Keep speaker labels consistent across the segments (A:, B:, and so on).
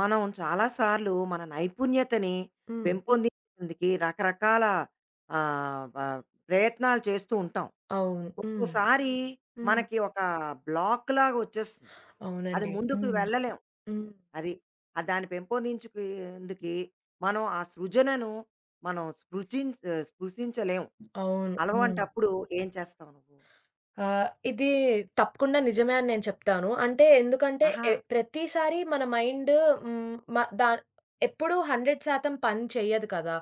A: మనం చాలా సార్లు మన నైపుణ్యతని
B: హ్మ్.
A: పెంపొందించేందుకు రకరకాల ఆహ్, వ ప్రయత్నాలు చేస్తూ ఉంటాం.
B: అవును. హ్మ్.
A: ఒక్కోసారి
B: హ్మ్.
A: మనకి ఒక బ్లాక్‌లాగా వచ్చేస్తుంది. అది
B: అవునండి.
A: ముందుకు
B: హ్మ్.
A: వెళ్ళలేం.
B: హ్మ్.
A: అది. దాన్ని పెంపొందించుకేందుకు మనం ఆ సృజనను మనం స్పృశించలేం.
B: అవును. హ్మ్.
A: అలవంటప్పుడు ఏం చేస్తావు నువ్వు?
B: ఇది తప్పకుండా నిజమే అని నేను చెప్తాను. అంటే ఎందుకంటే
A: ఆహా!
B: ప్రతిసారి మన మైండ్ హ్మ్, మ దా ఎప్పుడూ 100% పని చెయ్యదు కదా!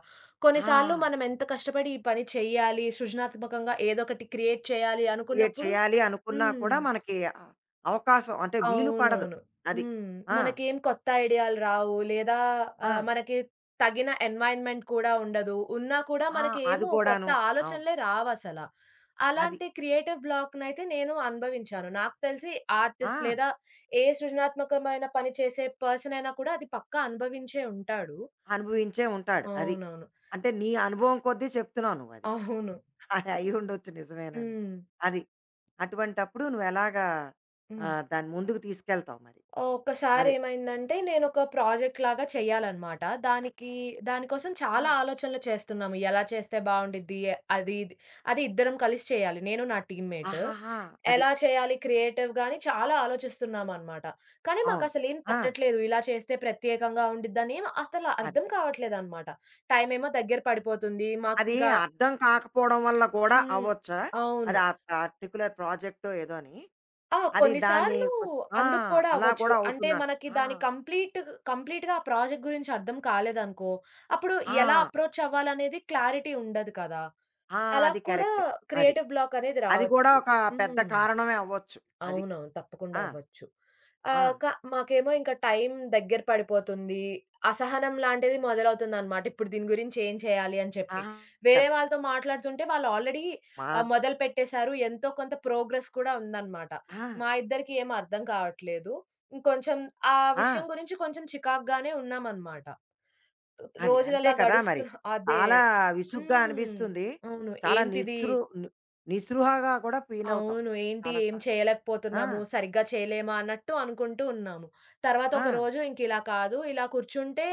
A: ఆ!
B: కొన్నిసార్లు మనం ఎంత కష్టపడి ఈ పని చెయ్యాలి, సృజనాత్మకంగా ఏదో ఒకటి క్రియేట్ చేయాలి
A: క్రియేట్
B: అనుకున్నప్పుడు.
A: చేయాలి అనుకున్నా
B: హ్మ్.
A: కూడా మనకి ఆహ్, అవకాశం అంటే వీలు పడదు.
B: అవునవును.
A: అది.
B: హ్మ్.
A: ఆ!
B: మనకేం కొత్త ఐడియాలు రావు. లేదా
A: ఆ!
B: మనకి తగిన ఎన్వైర్న్‌మెంట్ కూడా ఉండదు. ఉన్నా కూడా
A: ఆ! అది
B: మనకేమో కొత్త
A: కూడాను. అవును.
B: ఆలోచనలే రావసల.
A: అది.
B: అలాంటి క్రియేటివ్ బ్లాక్‌నైతే నేను అనుభవించాను. నాకు తెలిసి ఆర్టిస్ట్
A: ఆ!
B: లేదా ఏ సృజనాత్మకమైన పని చేసే పర్సన్ అయినా కూడా అది పక్కా అనుభవించే ఉంటాడు.
A: అనుభవించే ఉంటాడు. అది.
B: అవునవును.
A: అంటే నీ అనుభవం కొద్దీ చెప్తున్నావు నువ్వది.
B: అవును.
A: అది అయ్యుండొచ్చు నిజమేనని.
B: హ్మ్.
A: అది. అటువంటప్పుడు నువ్వెలాగా
B: హ్మ్.
A: దాన్ని ముందుకు తీసుకెళ్తావు మరి?
B: ఒక్కసారి
A: అదే.
B: ఏమైందంటే నేనొక ప్రాజెక్ట్ లాగా చేయాలనమాట. దానికి దాని కోసం చాలా
A: ఆ!
B: ఆలోచనలు చేస్తున్నాము. ఎలా చేస్తే బావుండిద్ది? అది ఇది అది ఇద్దరం కలిసి చేయాలి. నేను, నా టీమ్‌మేట్.
A: ఆహాహా! అది.
B: ఎలా చేయాలి క్రియేటివ్‌గా అని చాలా ఆలోచిస్తున్నామనమాట. కానీ
A: అవును.
B: మాకసలేం
A: ఆ!
B: తట్టట్లేదు. ఇలా చేస్తే ప్రత్యేకంగా ఉండిద్దని ఏం అసల
A: అది.
B: అర్థం కావట్లేదనమాట. టైమేమో దగ్గర పడిపోతుంది.
A: అది
B: మాకింకా
A: అర్థం కాకపోవడం వల్ల కూడా
B: హ్మ్.
A: అవ్వొచ్చా?
B: అవును.
A: అది ఆ పర్టిక్యులర్ ప్రాజెక్టో ఏదోని.
B: ఆ!
A: అది దాన్ని
B: కొన్నిసార్లు
A: కొ ఆ!
B: అందుకు కూడా
A: అలా
B: అవ్వచ్చు.
A: కూడా
B: అంటే
A: అవుతుందంట.
B: మనకి
A: ఆ!
B: దాని కంప్లీట్‌గా ఆ ప్రాజెక్ట్ గురించి అర్థం కాలేదనుకో, అప్పుడు ఎలా
A: ఆ!
B: అప్రోచ్ అవ్వాలనేది క్లారిటీ ఉండదు కదా!
A: ఆ!
B: అలా
A: అది
B: కూడా
A: కరెక్ట్. అది.
B: క్రియేటివ్ బ్లాక్ అనేది
A: అది కూడా
B: రావచ్చు.
A: ఒక పెద్ద
B: హ్మ్.
A: కారణమే అవ్వచ్చు. అది.
B: అవునవును. తప్పకుండా
A: ఆ!
B: అవ్వచ్చు.
A: ఆ!
B: ఆహ్, క మాకేమో ఇంకా టైం దగ్గర పడిపోతుంది. అసహనం లాంటిది మొదలవుతుందనమాట. ఇప్పుడు దీని గురించి ఏం చేయాలి అని చెప్పి.
A: ఆహా! కదా!
B: వేరే వాళ్ళతో మాట్లాడుతుంటే వాళ్ళు ఆల్రెడీ
A: మా
B: మొదలుపెట్టేసారు. ఎంతో కొంత ప్రోగ్రెస్ కూడా ఉందనమాట.
A: ఆ!
B: మా ఇద్దరికీ ఏం అర్థం కావట్లేదు. ఇంకొంచెం ఆ విషయం
A: ఆ!
B: గురించి కొంచెం చికాకుగానే ఉన్నామనమాట.
A: అది. అంతే
B: రోజులలా
A: కదా
B: గడుస్తూ
A: మరి.
B: అదే.
A: చాలా విసుగ్గా
B: హ్మ్.
A: అనిపిస్తుంది.
B: అవును.
A: చాలా
B: ఏంటిది.
A: నిస్సృ ని నిస్పృహగా కూడా ఫీల్ అవుతాం
B: అవును.
A: మనం
B: ఏంటి
A: చాలా
B: ఏం
A: సార్లు. ఆ!
B: చేయలేకపోతున్నాము, సరిగ్గా చేయలేమా అన్నట్టు అనుకుంటూ ఉన్నాము. తర్వాత ఒక
A: ఆ!
B: రోజు ఇంకిలా కాదు, ఇలా కూర్చుంటే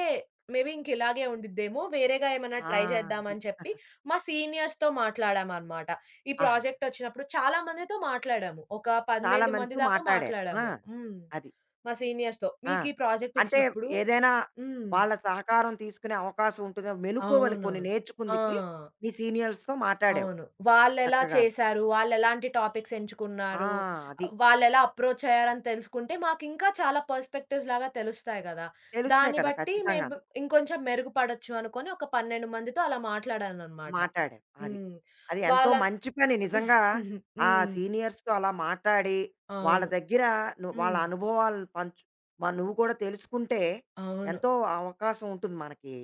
B: మేబీ ఇంకిలాగే ఉండిద్దేమో, వేరేగా ఏమన్నా
A: ఆ!
B: ట్రై
A: అది.
B: చేద్దామని చెప్పి మా సీనియర్స్‌తో మాట్లాడామనమాట. ఈ
A: ఆహా!
B: ప్రాజెక్ట్ వచ్చినప్పుడు చాలా మందితో మాట్లాడాము. ఒక
A: చాలా
B: 12 మంది
A: మందితో
B: దాకా
A: మాట్లాడారు. ఆ!
B: మాట్లాడాము. హ్మ్.
A: అది.
B: మా సీనియర్స్‌తో.
A: ఆ!
B: మీకీ ప్రాజెక్ట్
A: అంటే
B: ఇచ్చినప్పుడు.
A: ఏదైనా
B: హ్మ్.
A: వాళ్ళ సహకారం తీసుకునే అవకాశం ఉంటుందేమో మెలుకువలు కొన్ని
B: అవునవును. ఆ!
A: నేర్చుకుందుకి, మీ సీనియర్స్‌తో మాట్లాడావు.
B: అవును. వాళ్ళెలా
A: చక్కగాను.
B: చేశారు? వాళ్ళెలాంటి టాపిక్స్
A: ఆ!
B: ఎంచుకున్నారు?
A: అది.
B: వాళ్ళెలా అప్రోచ్ అయ్యారని తెలుసుకుంటే మాకింకా చాలా పర్స్‌పెక్టివ్స్ లాగా తెలుస్తాయి గదా!
A: తెలుస్తాయి
B: దాన్ని
A: కదా!
B: బట్టి
A: ఖచ్చితంగాను.
B: ఇంకొంచెం మెరుగుపడొచ్చు అనుకోని ఒక 12 మందితో అలా మాట్లాడాననమాట.
A: మాటాడారు. అది.
B: హ్మ్.
A: అది ఎంతో
B: వాళ్ళ
A: మంచి పని నిజంగా. ఆ
B: హ్మ్.
A: సీనియర్స్‌తో అలా మాట్లాడి, వాళ్ళ
B: అవును.
A: దగ్గర నువ్వు వాళ్ళ
B: హ్మ్.
A: అనుభవాలను పంచు మ నువ్వు కూడా తెలుసుకుంటే,
B: అవును.
A: ఎంతో అవకాశం ఉంటుంది మనకి.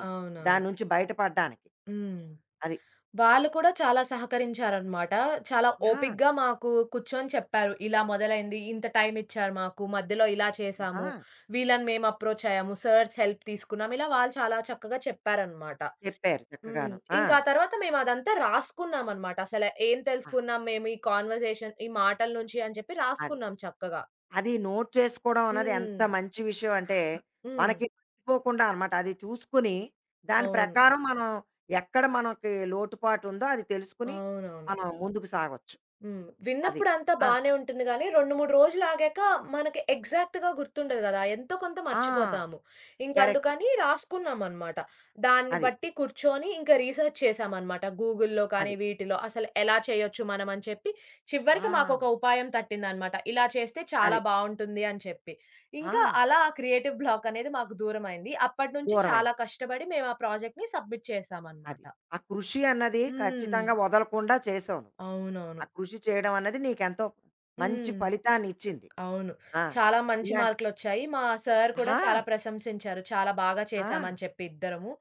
A: దాని
B: అవునవును.
A: నుంచి బయటపడడానికి.
B: హ్మ్.
A: అది.
B: వాళ్ళు కూడా చాలా సహకరించారనమాట. చాలా
A: ఆహా!
B: ఓపికగా మాకు కూర్చొని చెప్పారు. ఇలా మొదలైంది. ఇంత టైమ్ ఇచ్చారు మాకు. మధ్యలో ఇలా చేశాము.
A: ఆహా!
B: వీళ్ళని మేము అప్రోచ్ అయ్యాము. సర్స్ హెల్ప్ తీసుకున్నాం. ఇలా వాళ్ళు చాలా చక్కగా చెప్పారనమాట.
A: చెప్పారు
B: హ్మ్.
A: చక్కగాను. ఆ!
B: ఇంకా ఆ తర్వాత మేము అదంతా రాసుకున్నామనమాట. అసలు ఏం
A: ఆ!
B: తెలుసుకున్నాం మేము ఈ కాన్వర్సేషన్, ఈ మాటల నుంచి అని చెప్పి
A: అది.
B: రాసుకున్నాం చక్కగా.
A: అది నోట్ చేసుకోవడం అన్నది ఎంత
B: హ్మ్.
A: మంచి విషయం అంటే,
B: హ్మ్.
A: మనకి మర్చిపోకుండా అనమాట. అది చూసుకొని, దాని
B: అవును.
A: ప్రకారం మనం ఎక్కడ మనకి లోటుపాటు ఉందో అది తెలుసుకొని,
B: అవునవును.
A: మనం ముందుకు సాగొచ్చు.
B: హ్మ్.
A: అది.
B: విన్నప్పుడు అంతా
A: ఆ!
B: బానే ఉంటుంది గానీ, 2, 3 రోజులు ఆగాక మనకి ఎగ్జాక్ట్‌గా గుర్తుండదు గదా! ఎంతో కొంత
A: ఆ!
B: మర్చిపోతాము.
A: కరెక్ట్.
B: ఇంకందుకని రాసుకున్నామనమాట. దాన్ని
A: అది.
B: బట్టి కూర్చొని ఇంక రీసెర్చ్ చేశామనమాట. గూగుల్‌లో కానీ,
A: అది.
B: వీటిలో అసలు ఎలా చేయొచ్చు మనం అని చెప్పి,
A: ఆ!
B: చివరికి మాకొక ఉపాయం తట్టిందనమాట. ఇలా చేస్తే చాలా
A: అది.
B: బావుంటుంది అని చెప్పి.
A: ఆ!
B: ఇంకా అలా ఆ క్రియేటివ్ బ్లాక్ అనేది మాకు దూరమైంది. అప్పటినుంచి
A: దూరమైంది.
B: చాలా కష్టపడి మేము ఆ ప్రాజెక్ట్‌ని సబ్మిట్
A: అది.
B: చేశామనమాట.
A: ఆ కృషి అన్నది
B: హ్మ్.
A: ఖచ్చితంగా వదలకుండా చేసావు నువ్వు.
B: అవునవును.
A: ఆ కృషి చేయడం అన్నది నీకెంతో మంచి
B: హ్మ్.
A: ఫలితాన్నిచ్చింది.
B: అవును.
A: ఆ!
B: చాలా మంచి
A: ఇలాంటి
B: మార్కులొచ్చాయి. మా సార్ కూడా చాలా
A: ఆ!
B: ప్రశంసించారు. చాలా బాగా
A: ఆ!
B: చేశామని చెప్పి ఇద్దరము.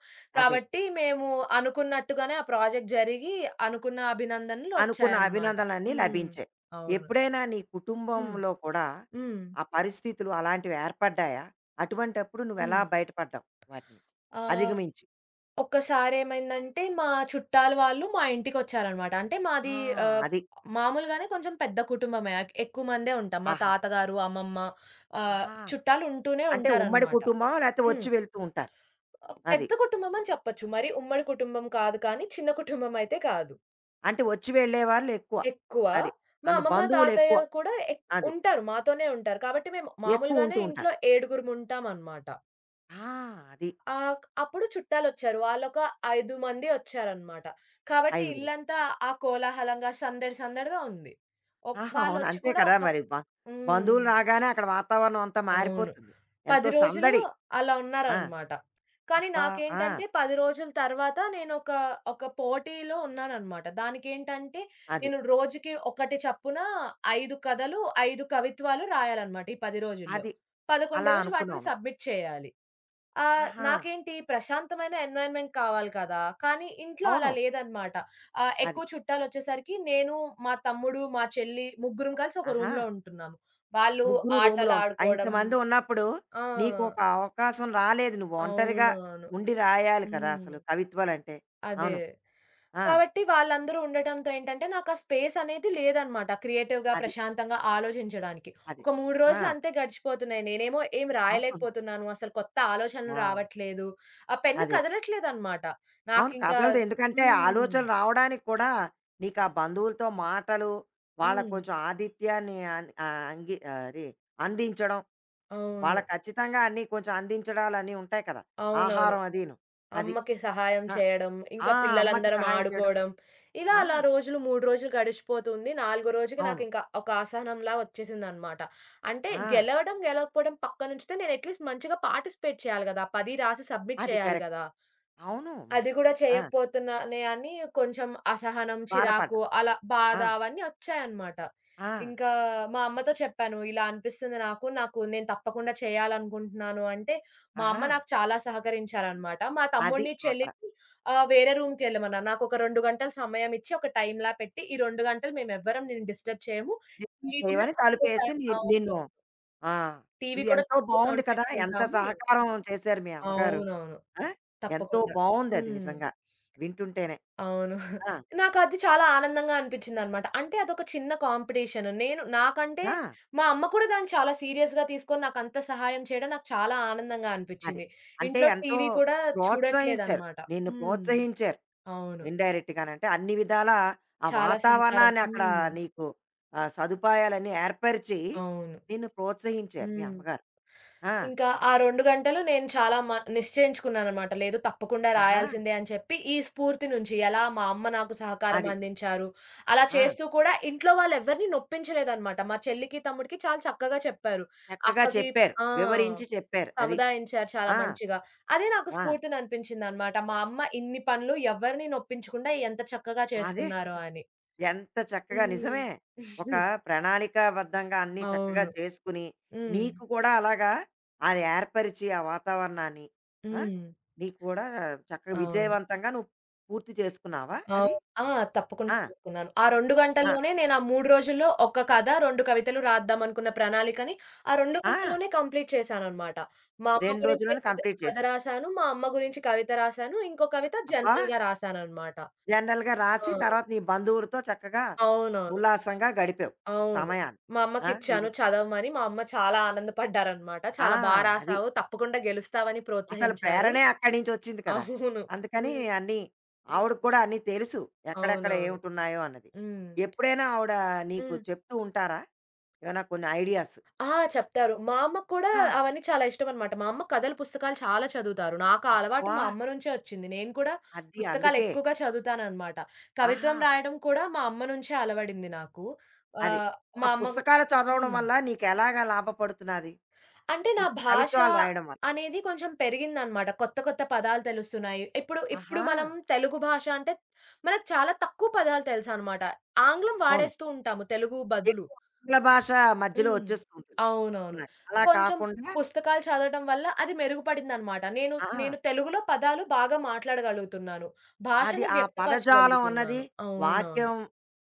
A: అదే.
B: కాబట్టి మేము అనుకున్నట్టుగానే ఆ ప్రాజెక్ట్ జరిగి, అనుకున్న అభినందనలు
A: అనుకున్న
B: వచ్చాయన్నమాట.
A: అభినందనలన్నీ
B: హ్మ్.
A: లభించాయి.
B: అవును.
A: ఎప్పుడైనా నీ
B: హ్మ్.
A: కుటుంబంలో కూడా
B: హ్మ్.
A: ఆ పరిస్థితులు అలాంటివి ఏర్పడ్డాయా? అటువంటప్పుడు
B: హ్మ్.
A: నువ్వెలా బయటపడ్డావు వాటిని
B: ఆహ్,
A: అధిగమించి?
B: ఒక్కసారేమైందంటే మా చుట్టాల వాళ్ళు మా ఇంటికొచ్చారన్నమాట. అంటే
A: ఆ!
B: మాది ఆహ్,
A: అది.
B: మామూలుగానే కొంచెం పెద్ద కుటుంబమే. ఎక్కువ మందే ఉంటాం. మా
A: ఆహా!
B: తాతగారు, అమ్మమ్మ, ఆహ్,
A: ఆహా!
B: చుట్టాలు ఉంటూనే
A: అంటే ఉమ్మడి
B: ఉంటారన్నమాట.
A: కుటుంబమా? లేతే
B: హ్మ్.
A: వచ్చి వెళ్తూ ఉంటారు.
B: ఆ!
A: అది.
B: పెద్ద కుటుంబమని చెప్పొచ్చు. మరి ఉమ్మడి కుటుంబం కాదు కానీ, చిన్న కుటుంబం అయితే కాదు.
A: అంటే వచ్చి వెళ్ళేవాళ్ళెక్కువ.
B: ఎక్కువ.
A: అది.
B: మా
A: అందు
B: అమ్మమ్మ, తాతయ్య
A: బంధువులెక్కువ.
B: కూడా
A: అది.
B: ఉంటారు. మాతోనే ఉంటారు. కాబట్టి మేము
A: ఎక్కువ
B: మామూలుగానే
A: ఉంటూ ఉంటారు.
B: ఇంట్లో ఏడుగురుముంటామనమాట.
A: ఆ! అది.
B: ఆహ్, క్ అప్పుడు చుట్టాలొచ్చారు. వాళ్ళొక 5 మంది ఒచ్చారనమాట. కాబట్టి
A: ఐదుగురు.
B: ఇల్లంతా ఆ కోలాహలంగా సందడి సందడిగా ఉంది.
A: ఆహా! అవును.
B: వాళ్ళొచ్చి
A: అంతే
B: కూడా
A: కదా!
B: ఒక.
A: మరి.
B: హ్మ్.
A: బంధువులు రాగానే అక్కడ వాతావరణం అంతా
B: అవును.
A: మారిపోతుంది. ఎంతో
B: 10 రోజులు
A: సందడి.
B: అలా
A: ఆ!
B: ఉన్నారనమాట. కానీ
A: అబ్బా! ఆ!
B: నాకేంటంటే, 10 రోజుల తర్వాత నేనొక ఒక ఒక పోటీలో ఉన్నాననమాట. దానికేంటంటే
A: అది.
B: నేను రోజుకి ఒకటి చప్పున 5 కథలు, 5 కవిత్వాలు రాయాలనమాట ఈ 10 రోజుల్లో.
A: అది.
B: 11
A: అలా
B: రోజు వాటిని
A: అనుకున్నావు నువ్వు.
B: సబ్మిట్ చేయాలి.
A: ఆహా!
B: నాకేంటి ప్రశాంతమైన ఎన్విరాన్మెంట్ కావాలి కదా! కానీ ఇంట్లో అలా
A: అవును.
B: లేదనమాట.
A: అది.
B: ఎక్కువ చుట్టాలొచ్చేసరికి నేను, మా తమ్ముడు, మా చెల్లి ముగ్గురం కలిసి ఒక
A: ఆహా!
B: రూమ్‌లో ఉంటున్నాము. వాళ్ళు
A: ముగ్గురు రూమ్‌లో ఉంటారు.
B: ఆటలాడుకోవడం.
A: ఇంతమంది ఉన్నప్పుడు నీకొక
B: ఆ!
A: అవకాశం రాలేదు. నువ్వు ఒంటరిగా
B: అవునవును.
A: ఉండి రాయాలి కదా!
B: హ్మ్.
A: అసలు కవిత్వాలంటే.
B: అదే.
A: అవును. ఆ!
B: కాబట్టి వాళ్ళందరూ ఉండటంతో ఏంటంటే, నాకా స్పేస్ అనేది లేదనమాట. క్రియేటివ్‌గా,
A: అది.
B: ప్రశాంతంగా ఆలోచించడానికి.
A: అది.
B: ఒక 3
A: ఆ!
B: రోజులు అంతే గడిచిపోతున్నాయి. నేనేమో ఏం
A: అవును.
B: రాయలేకపోతున్నాను. అసలు కొత్త ఆలోచనలు
A: ఆ!
B: రావట్లేదు. ఆ పెన్ను
A: అదే.
B: కదలట్లేదనమాట.
A: అవును
B: నాకింకా.
A: కదలదు. ఎందుకంటే
B: హ్మ్.
A: ఆలోచనలు రావడానికి కూడా నీకా బంధువులతో మాటలు, వాళ్ళకి
B: హ్మ్.
A: కొంచెం ఆతిథ్యాన్ని అన్ ఆహ్, అంగి ఆ, అది అందించడం
B: అవును.
A: వాళ్ళ ఖచ్చితంగా అన్నీ కొంచెం అందించడాలు అన్నీ ఉంటాయి కదా!
B: అవునవును.
A: ఆహారం అదీను. అది.
B: అమ్మకి సహాయం
A: ఆ!
B: చేయడం, ఇంకా
A: ఆ! అమ్మకి
B: పిల్లలందరం
A: సహాయం చేయడం.
B: ఆడుకోవడం. ఇలా
A: ఆ!
B: అలా రోజులు 3 రోజులు గడిచిపోతుంది. నాలుగో రోజుకి
A: అవును.
B: నాకింక ఒక అసహనంలా వచ్చేసిందనమాట. అంటే
A: ఆ!
B: గెలవడం, గెలవకపోవడం పక్కనుంచితే నేను అట్‌లీస్ట్ మంచిగా పార్టిసిపేట్ చేయాలి గదా! 10 రాసి సబ్మిట్
A: అది
B: చేయాలి
A: కరెక్ట్.
B: గదా!
A: అవును మరి.
B: అది గూడా
A: ఆ!
B: చేయకపోతున్నానే అని కొంచెం అసహనం, చిరాకు
A: బాధపడ్డం.
B: అలా బాధ
A: ఆ!
B: అవన్నీ ఒచ్చాయన్నమాట.
A: ఆ!
B: ఇంకా మా అమ్మతో చెప్పాను. ఇలా అనిపిస్తుంది నాకు. నాకు నేను తప్పకుండా చేయాలనుకుంటున్నాను అంటే, మా అమ్మ
A: ఆహా!
B: నాకు చాలా సహకరించారన్నమాట. మా
A: అది
B: తమ్ముడిని,
A: అక్కడ.
B: చెల్లిని వేరే రూమ్‌కెళ్ళమన్నారు. నాకొక 2 గంటలు సమయం ఇచ్చి, ఒక టైమ్‌లా పెట్టి, "ఈ 2 గంటలు మేమెవ్వరం నిన్ను డిస్టర్బ్ చేయము.
A: డిస్టర్బ్
B: టీవీ కూడా
A: చేయమని
B: తక్కువ సౌ."
A: తలుపేసి ని
B: అవును.
A: నిన్ను ఆ!
B: "టీవీ
A: ఇది
B: కూడా
A: ఎంతో
B: తక్కువ
A: బావుంది
B: సౌండ్
A: కదా! ఎంత
B: పెట్టుకుంటాము."
A: సహకారం చేశారు మీ అమ్మగారు.
B: అవునవును.
A: ఆ! ఎంతో
B: తప్పకుండా.
A: బావుందది
B: హ్మ్.
A: నిజంగా. వింటుంటేనే.
B: అవును.
A: ఆ!
B: నాకది చాలా ఆనందంగా అనిపించిందనమాట. అంటే అదొక చిన్న కాంపిటీషన్. నేను నాకంటే
A: ఆ!
B: మా అమ్మ కూడా దాన్ని చాలా సీరియస్‌గా తీసుకొని నాకంత సహాయం చేయడం నాకు చాలా ఆనందంగా
A: అది.
B: అనిపించింది.
A: అంటే
B: ఇంట్లో
A: ఎంతో
B: టీవీ కూడా
A: ప్రోత్సహించారు.
B: చూడట్లేదనమాట.
A: నిన్ను
B: హ్మ్.
A: ప్రోత్సహించారు.
B: అవును.
A: ఇండైరెక్ట్‌గానంటే అన్ని విధాలా ఆ
B: చాలా సహకారం.
A: వాతావరణాన్ని అక్కడ
B: హ్మ్.
A: నీకు సదుపాయాలన్నీ ఏర్పరిచి
B: అవును.
A: నిన్ను ప్రోత్సహించారు మీ
B: హ్మ్.
A: అమ్మగారు. ఆ!
B: ఇంకా ఆ 2 గంటలు నేను చాలా నిశ్చయించుకున్నాననమాట. లేదు తప్పకుండా
A: ఆహా!
B: రాయాల్సిందే అని చెప్పి, ఈ స్ఫూర్తి నుంచి ఎలా మా అమ్మ నాకు సహకారం
A: అది.
B: అందించారు, అలా
A: ఆ!
B: చేస్తూ కూడా ఇంట్లో వాళ్ళెవ్వరిని నొప్పించలేదనమాట. మా చెల్లికి, తమ్ముడికి చాలా చక్కగా చెప్పారు.
A: చక్కగా
B: అక్కకి.
A: చెప్పారు.
B: ఆ!
A: వివరించి చెప్పారు. అది.
B: సముదాయించారు చాలా
A: ఆ!
B: మంచిగా. అదే నాకు
A: ఆ!
B: స్ఫూర్తిననిపించిందనమాట. మా అమ్మ ఇన్ని పనులు ఎవరిని నొప్పించకుండా ఎంత చక్కగా
A: అదే.
B: చేస్తున్నారో అని.
A: ఎంత చక్కగా
B: హ్మ్.
A: నిజమే. ఒక ప్రణాళికాబద్ధంగా అన్నీ చక్కగా
B: అవును.
A: చేసుకుని,
B: హ్మ్.
A: నీకు కూడా అలాగా అది ఏర్పరిచి ఆ వాతావరణాన్ని ఆ!
B: హ్మ్.
A: నీకు కూడా చక్కగా
B: అవును.
A: విజయవంతంగా నువ్వు పూర్తి చేసుకున్నావా అది?
B: అవ్ ఆ! తప్పకుండా
A: ఆ!
B: చేసుకున్నాను. ఆ 2
A: ఆ!
B: గంటల్లోనే నేను ఆ 3 రోజుల్లో ఒక కథ, 2 కవితలు రాద్దామనుకున్న ప్రణాళికని ఆ 2
A: ఆ!
B: గంటల్లోనే కంప్లీట్ చేశాననమాట. మా అమ్మ
A: 2
B: గురించే
A: రోజుల్లోనే
B: కథ
A: కంప్లీట్
B: కథ
A: చేసావు.
B: రాసాను. మా అమ్మ గురించి కవిత రాసాను. ఇంకో కవిత
A: అబ్బా!
B: జనరల్‌గా రాసాననమాట.
A: జనరల్‌గా
B: ఆ!
A: రాసి తర్వాత నీ బంధువులతో చక్కగా
B: అవునవును.
A: ఉల్లాసంగా గడిపావు
B: అవును.
A: సమయాన్ని.
B: మా
A: ఆ!
B: అమ్మకిచ్చాను
A: ఇది
B: చదవమని. మా అమ్మ చాలా ఆనందపడ్డారనమాట.
A: ఆ!
B: "చాలా
A: అది.
B: రాసావు. తప్పకుండా గెలుస్తావని"
A: అసలు
B: ప్రోత్సహించారు.
A: ప్రేరణే అక్కడి నుంచొచ్చింది కదా!
B: అవును.
A: అందుకని
B: హ్మ్.
A: అన్నీ ఆవిడకి
B: హ్మ్.
A: కూడా అన్నీ తెలుసు. ఎక్కడెక్కడ
B: అవునవును.
A: ఏమిటున్నాయో అన్నది.
B: హ్మ్.
A: ఎప్పుడైనా ఆవిడ నీకు
B: హ్మ్.
A: చెప్తూ ఉంటారా? ఏమైనా కొన్ని ఐడియాస్?
B: ఆ! చెప్తారు. మా అమ్మకు కూడా
A: ఆ!
B: అవన్నీ చాలా ఇష్టమనమాట. మా అమ్మ కథల పుస్తకాలు చాలా చదువుతారు. నాకు ఆ అలవాటు
A: అబ్బా!
B: మా అమ్మ నుంచే వచ్చింది. నేను కూడా
A: అది
B: పుస్తకాలు
A: అందుకే.
B: ఎక్కువగా చదువుతాననమాట.
A: ఆహా!
B: కవిత్వం రాయడం కూడా మా అమ్మ నుంచే అలవడింది నాకు.
A: అది.
B: ఆహ్, మా
A: ఆ
B: అమ్మకు.
A: పుస్తకాలు చదవడం
B: హ్మ్.
A: వల్ల నీకెలాగా లాభపడుతున్నది?
B: అంటే నా
A: ఈ
B: భాష
A: కవిత్వాలు రాయడం వల్ల.
B: అనేది కొంచెం పెరిగిందనమాట. కొత్త కొత్త పదాలు తెలుస్తున్నాయి. ఇప్పుడు ఇప్పుడు
A: ఆహా!
B: మనం తెలుగు భాష అంటే మనకు చాలా తక్కువ పదాలు తెలుసనమాట. ఆంగ్లం
A: అవును.
B: వాడేస్తూ ఉంటాము తెలుగు బదులు.
A: ఎక్కువ ఆంగ్ల భాష మధ్యలో
B: హ్మ్.
A: వచ్చేస్తూ ఉంటుంది.
B: అవునవును.
A: అలా అలా
B: కొంచెం
A: కాకుండా
B: పుస్తకాలు చదవటం వల్ల అది మెరుగుపడిందనమాట. నేను,
A: ఆ!
B: నేను తెలుగులో పదాలు బాగా మాట్లాడగలుగుతున్నాను.
A: అది
B: భాషను
A: ఆ పదజాలం అన్నది
B: వ్యక్తపరచగలుగుతున్నాను. అవునవును.
A: వాక్యం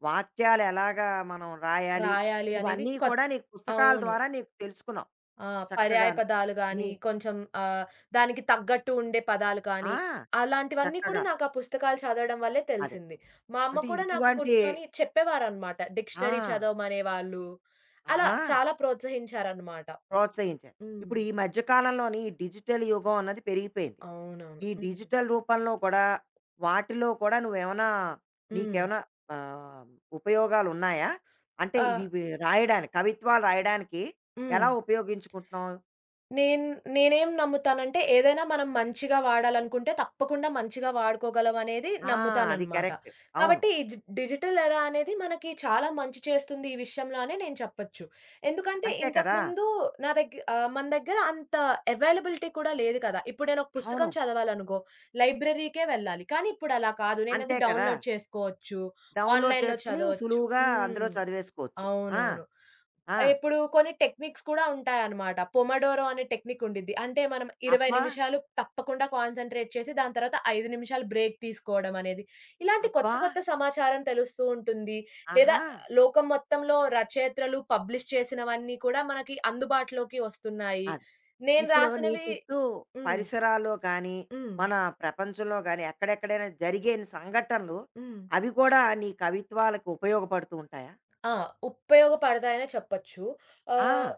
A: వాక్యాలు ఎలాగా మనం రాయాలి,
B: రాయాలి అనేది
A: ఇవన్నీ
B: కొత్.
A: కూడా నీకు పుస్తకాల
B: అవును.
A: ద్వారా నీకు తెలుసుకున్నావు
B: ఆ! పర్యాయ
A: చక్కగాను.
B: పదాలు గాని,
A: నీ
B: కొంచెం దానికి తగ్గట్టు ఉండే పదాలు
A: ఆ!
B: కానీ, అలాంటివన్నీ కూడా
A: చక్కగా.
B: నాకు ఆ పుస్తకాలు చదవడం వల్లే
A: అదే.
B: తెలిసింది. మా అమ్మ
A: అంటే
B: కూడా నాకు
A: ఇటువంటి
B: కూర్చొని చెప్పేవారనమాట.
A: ఆ!
B: డిక్షనరీ చదవమనేవాళ్ళు. అలా
A: ఆహా!
B: చాలా ప్రోత్సహించారనమాట.
A: ప్రోత్సహించారు.
B: హ్మ్.
A: ఇప్పుడు ఈ మధ్య కాలంలోని ఈ డిజిటల్ యుగం అన్నది పెరిగిపోయింది.
B: అవునవును.
A: ఈ
B: హ్మ్.
A: డిజిటల్ రూపంలో కూడా, వాటిలో కూడా నువ్వేమన్నా
B: హ్మ్.
A: నీకేమైనా ఆహ్, ఉపయోగాలున్నాయా? అంటే
B: ఆ!
A: ఇది రాయడానికి కవిత్వాలు రాయడానికి
B: హ్మ్.
A: ఎలా ఉపయోగించుకుంటున్నావు?
B: నేను నేనేం నమ్ముతానంటే ఏదైనా మనం మంచిగా వాడాలనుకుంటే తప్పకుండా మంచిగా వాడుకోగలం అనేది
A: ఆ! అది
B: నమ్ముతాననమాట.
A: కరెక్ట్. అవును.
B: కాబట్టి ఈ డిజిటల్ ఎరా అనేది మనకి చాలా మంచి చేస్తుంది ఈ విషయంలో అనే నేను చెప్పొచ్చు. ఎందుకంటే
A: అంతే కదా!
B: ఇంతకుముందు మన దగ్గర అంత అవైలబిలిటీ కూడా లేదు కదా! ఇప్పుడు నేను ఒక
A: అవును.
B: పుస్తకం చదవాలనుకో లైబ్రరీకే వెళ్ళాలి. కానీ ఇప్పుడు అలా కాదు. నేనది
A: అంతే కదా!
B: డౌన్‌లోడ్ చేసుకోవచ్చు.
A: డౌన్‌లోడ్
B: ఆన్‌లైన్‌లో
A: చేసుకొని
B: చదవచ్చు.
A: సులువుగా
B: హ్మ్.
A: అందులో చదివేసుకోవచ్చు. ఆ!
B: అవునవును.
A: ఆ!
B: ఇప్పుడు కొన్ని టెక్నిక్స్ కూడా ఉంటాయన్నమాట. పొమడోరో అనే టెక్నిక్ ఉండిద్ది. అంటే మనం 20
A: అబ్బా!
B: నిమిషాలు తప్పకుండా కాన్సంట్రేట్ చేసి దాని తర్వాత 5 నిమిషాలు బ్రేక్ తీసుకోవడం అనేది. ఇలాంటి కొత్త
A: అబ్బా!
B: కొత్త సమాచారం తెలుస్తూ ఉంటుంది. లేదా
A: ఆహా!
B: లోకం మొత్తంలో రచయిత్రలు పబ్లిష్ చేసినవన్నీ కూడా మనకి అందుబాటులోకి వస్తున్నాయి.
A: అది.
B: నేను
A: ఇప్పుడు నీ
B: రాసినవి.
A: చుట్టూ
B: హ్మ్.
A: పరిసరాల్లో కానీ,
B: హ్మ్.
A: మన ప్రపంచంలో గానీ, ఎక్కడెక్కడైనా జరిగే సంఘటనలు
B: హ్మ్.
A: అవి కూడా నీ కవిత్వాలకు ఉపయోగపడుతూ ఉంటాయా?
B: ఆ! ఉపయోగపడతాయనే చెప్పొచ్చు.
A: ఆ!
B: ఆహ్,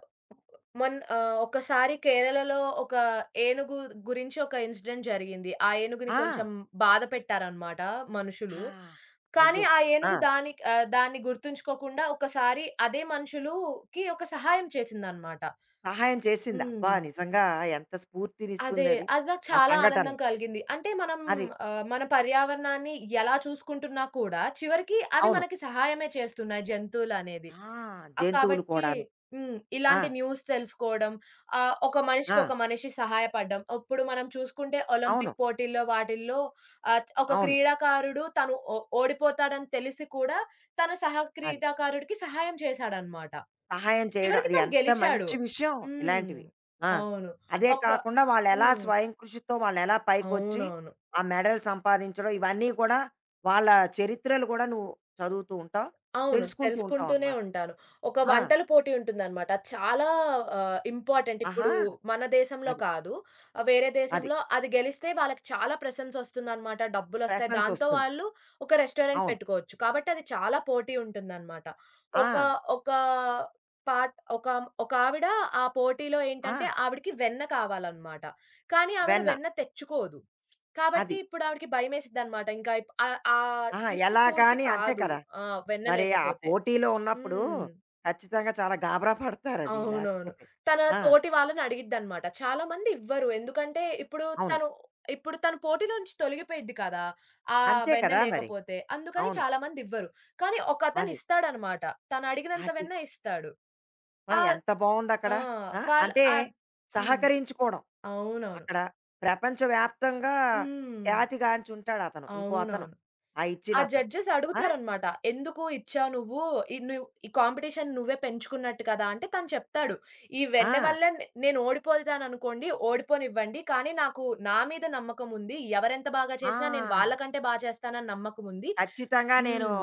B: ఒకసారి కేరళలో ఒక ఏనుగు గురించి ఒక ఇన్సిడెంట్ జరిగింది. ఆ ఏనుగుని
A: ఆ!
B: కొంచెం బాధపెట్టారనమాట మనుషులు.
A: ఆ!
B: కానీ
A: అయ్యో!
B: ఆ
A: ఆ!
B: ఏనుగు దానికి దాన్ని గుర్తుంచుకోకుండా ఒకసారి అదే మనుషులుకి ఒక సహాయం చేసిందనమాట.
A: సహాయం చేసింది. అబ్బా!
B: హ్మ్.
A: నిజంగా ఎంత
B: అదే.
A: స్ఫూర్తినిస్తుందది.
B: అది నాకు
A: ఆ
B: చాలా
A: సంఘటన.
B: ఆనందం కలిగింది. అంటే మనం
A: అది.
B: మన పర్యావరణాన్ని ఎలా చూసుకుంటున్నా కూడా చివరికి అవి
A: అవును.
B: మనకి సహాయమే చేస్తున్నాయి జంతువులనేది.
A: ఆ!
B: ఆ!
A: జంతువులు
B: కాబట్టి
A: కూడాను.
B: హ్మ్.
A: ఆ!
B: ఇలాంటి న్యూస్ తెలుసుకోవడం. ఒక మనిషికి
A: ఆ!
B: ఒక మనిషి సహాయపడ్డం. ఇప్పుడు మనం చూసుకుంటే
A: అవును.
B: ఒలింపిక్ పోటీల్లో వాటిల్లో ఒక
A: అవును.
B: క్రీడాకారుడు తను ఓడిపోతాడని తెలిసి కూడా తన సహ
A: అది.
B: క్రీడాకారుడికి సహాయం చేశాడన్నమాట.
A: సహాయం చేయడం
B: చివరికి
A: అది
B: తను
A: ఎంత
B: గెలిచాడు.
A: మంచి విషయం
B: హ్మ్.
A: ఇలాంటివి. ఆ!
B: అవును.
A: అదే
B: ఒక.
A: కాకుండా వాళ్ళెలా
B: హ్మ్.
A: స్వయం కృషితో వాళ్ళెలా పైకొచ్చి,
B: అవునవును.
A: ఆ మెడల్ సంపాదించడం ఇవన్నీ కూడా వాళ్ళ చరిత్రలు కూడా నువ్వు చదువుతూ ఉంటావు.
B: అవును.
A: తెలుసుకుంటూ
B: తెలుసుకుంటూనే
A: ఉంటావనమాట.
B: ఉంటాను. ఒక
A: ఆ!
B: వంటల పోటీ ఉంటుందనమాట. అది చాలా ఇంపార్టెంట్. ఇప్పుడు
A: ఆహా!
B: మన దేశంలో
A: అది.
B: కాదు, ఆ, వేరే
A: అది.
B: దేశంలో అది గెలిస్తే వాళ్ళకి చాలా ప్రశంసొస్తుందనమాట. డబ్బులొస్తాయి. దాంతో
A: ప్రశంసొస్తుంది.
B: వాళ్ళు ఒక రెస్టారెంట్
A: అవును.
B: పెట్టుకోవచ్చు. కాబట్టి అది చాలా పోటీ ఉంటుందనమాట.
A: ఆ!
B: ఒక ఒక పాట్ ఒక ఒక ఆవిడ ఆ పోటీలో
A: ఆ!
B: ఏంటంటే ఆవిడకి వెన్న కావాలనమాట. కానీ ఆవిడ
A: వెన్న.
B: వెన్న తెచ్చుకోదు. కాబట్టి
A: అది.
B: ఇప్పుడావిడకి భయమేసిద్దనమాట. ఇంకా ఆ
A: ఆహా!
B: డిష్
A: ఎలాగా
B: పూర్తి
A: అని అంతే
B: కాదు.
A: కదా!
B: ఆ! వెన్న
A: మరి ఆ
B: లేకపోతే.
A: పోటీలో ఉన్నప్పుడు
B: హ్మ్.
A: ఖచ్చితంగా చాలా గాబరా పడతారది
B: అవునవును.
A: లేకపోతే.
B: తన
A: ఆ!
B: తోటి వాళ్ళని అడిగిద్దనమాట. చాలా మంది ఇవ్వరు. ఎందుకంటే
A: అవును.
B: తను ఇప్పుడు తను పోటీలోంచి తొలగిపోయిద్ది కదా! ఆ
A: అంతే
B: వెన్న
A: కదా మరి.
B: లేకపోతే. అందుకని
A: అవును.
B: చాలా మంది ఇవ్వరు. కానీ ఒకతను
A: అది.
B: ఇస్తాడనమాట. తను అడిగినంత
A: అది.
B: వెన్న ఇస్తాడు.
A: ఓహ్!
B: ఆహ్,
A: ఎంత బావుందక్కడ.
B: ఆ!
A: ఆ!
B: వాళ్ళ
A: అంటే
B: అద్. హ్మ్.
A: సహకరించుకోవడం.
B: అవునవును.
A: అక్కడ ప్రపంచవ్యాప్తంగా
B: హ్మ్.
A: ఖ్యాతిగాంచుంటాడతను. ఇంకో అతను.
B: అవునవును.
A: ఆ
B: ఆ
A: ఇచ్చినతను.
B: జడ్జెస్
A: ఆ!
B: అడుగుతారనమాట. "ఎందుకు ఇచ్చావు నువ్వు? నువ్వు ఈ కాంపిటీషన్ నువ్వే పెంచుకున్నట్టు కదా!" అంటే తను చెప్తాడు. "ఈ వెన్న
A: ఆ!
B: వల్ల నేను ఓడిపోతాననుకోండి, ఓడిపోనివ్వండి. కానీ నాకు నా మీద నమ్మకముంది. ఎవరెంత బాగా చేసినా నేను
A: ఆ!
B: వాళ్ళకంటే చేస్తానని నమ్మకముంది."
A: ఖచ్చితంగా నేను,
B: హ్మ్.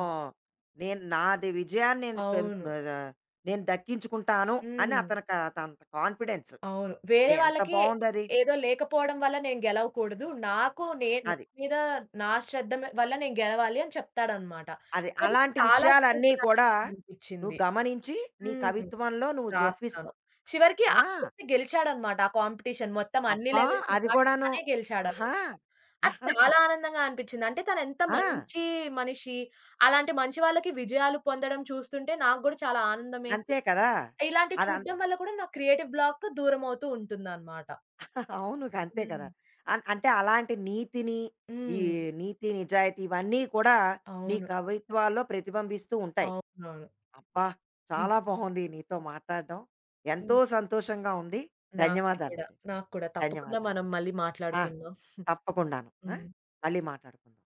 A: నేను నాది విజయాన్ని నేను పెం
B: అవును.
A: ఆహ్, నేను దక్కించుకుంటాను అని
B: హ్మ్.
A: అతనికి అంత కాన్ఫిడెన్స్.
B: అవును. వేరే
A: ఎంత
B: వాళ్ళకి
A: బావుందది. అది.
B: ఏదో లేకపోవడం వల్ల నేను గెలవకూడదు. నాకు నే నా
A: అది.
B: మీద నా శ్రద్ధ వల్ల నేను గెలవాలి అని చెప్తాడనమాట.
A: అది
B: అది
A: అలాంటి
B: చాలా
A: విషయాలన్నీ కూడా
B: స్ఫూర్తిదాయకంగా
A: నువ్వు
B: అనిపిచ్చింది.
A: గమనించి నీ
B: హ్మ్.
A: కవిత్వంలో నువ్వు
B: రాస్తాను.
A: జొప్పిస్తావు.
B: చివరికి ఆ
A: ఆ!
B: వ్యక్తి గెలిచాడనమాట. ఆ కాంపిటీషన్ మొత్తం అన్ని
A: అబ్బా!
B: లెవెల్స్
A: అది
B: దాటి
A: కూడాను.
B: తనే గెలిచాడనమాట.
A: ఆహా!
B: అది
A: ఆహా!
B: చాలా ఆనందంగా అనిపిచ్చింది. అంటే తనెంత
A: ఆ!
B: మంచి మనిషి, అలాంటి మంచి వాళ్ళకి విజయాలు పొందడం చూస్తుంటే నాకు గూడా చాలా ఆనందమేసి,
A: అంతే కదా!
B: ఇలాంటివి
A: అదంత
B: చూడడం వల్ల కూడా నా క్రియేటివ్ బ్లాక్ దూరమవుతూ ఉంటుందనమాట.
A: అవును. అంతే
B: హ్మ్.
A: కదా! అంటే అలాంటి నీతిని, ఈ
B: హ్మ్.
A: నీతి, నిజాయితీ ఇవన్నీ కూడా నీ
B: అవును.
A: కవిత్వాల్లో ప్రతిబింబిస్తూ ఉంటాయి.
B: అవునవును.
A: అబ్బా! చాలా బాగుంది నీతో మాట్లాడడం. ఎంతో
B: హ్మ్.
A: సంతోషంగా ఉంది.
B: నాకు కూడా.
A: ధన్యవాదాలండి.
B: నాకు కూడా. తప్పకుండా
A: ధన్యవాదాలు.
B: మనం మళ్ళీ
A: ఆ!
B: మాట్లాడుకుందాం.
A: తప్పకుండాను. ఆ!
B: హ్మ్.
A: మళ్ళీ మాట్లాడుకుందాం.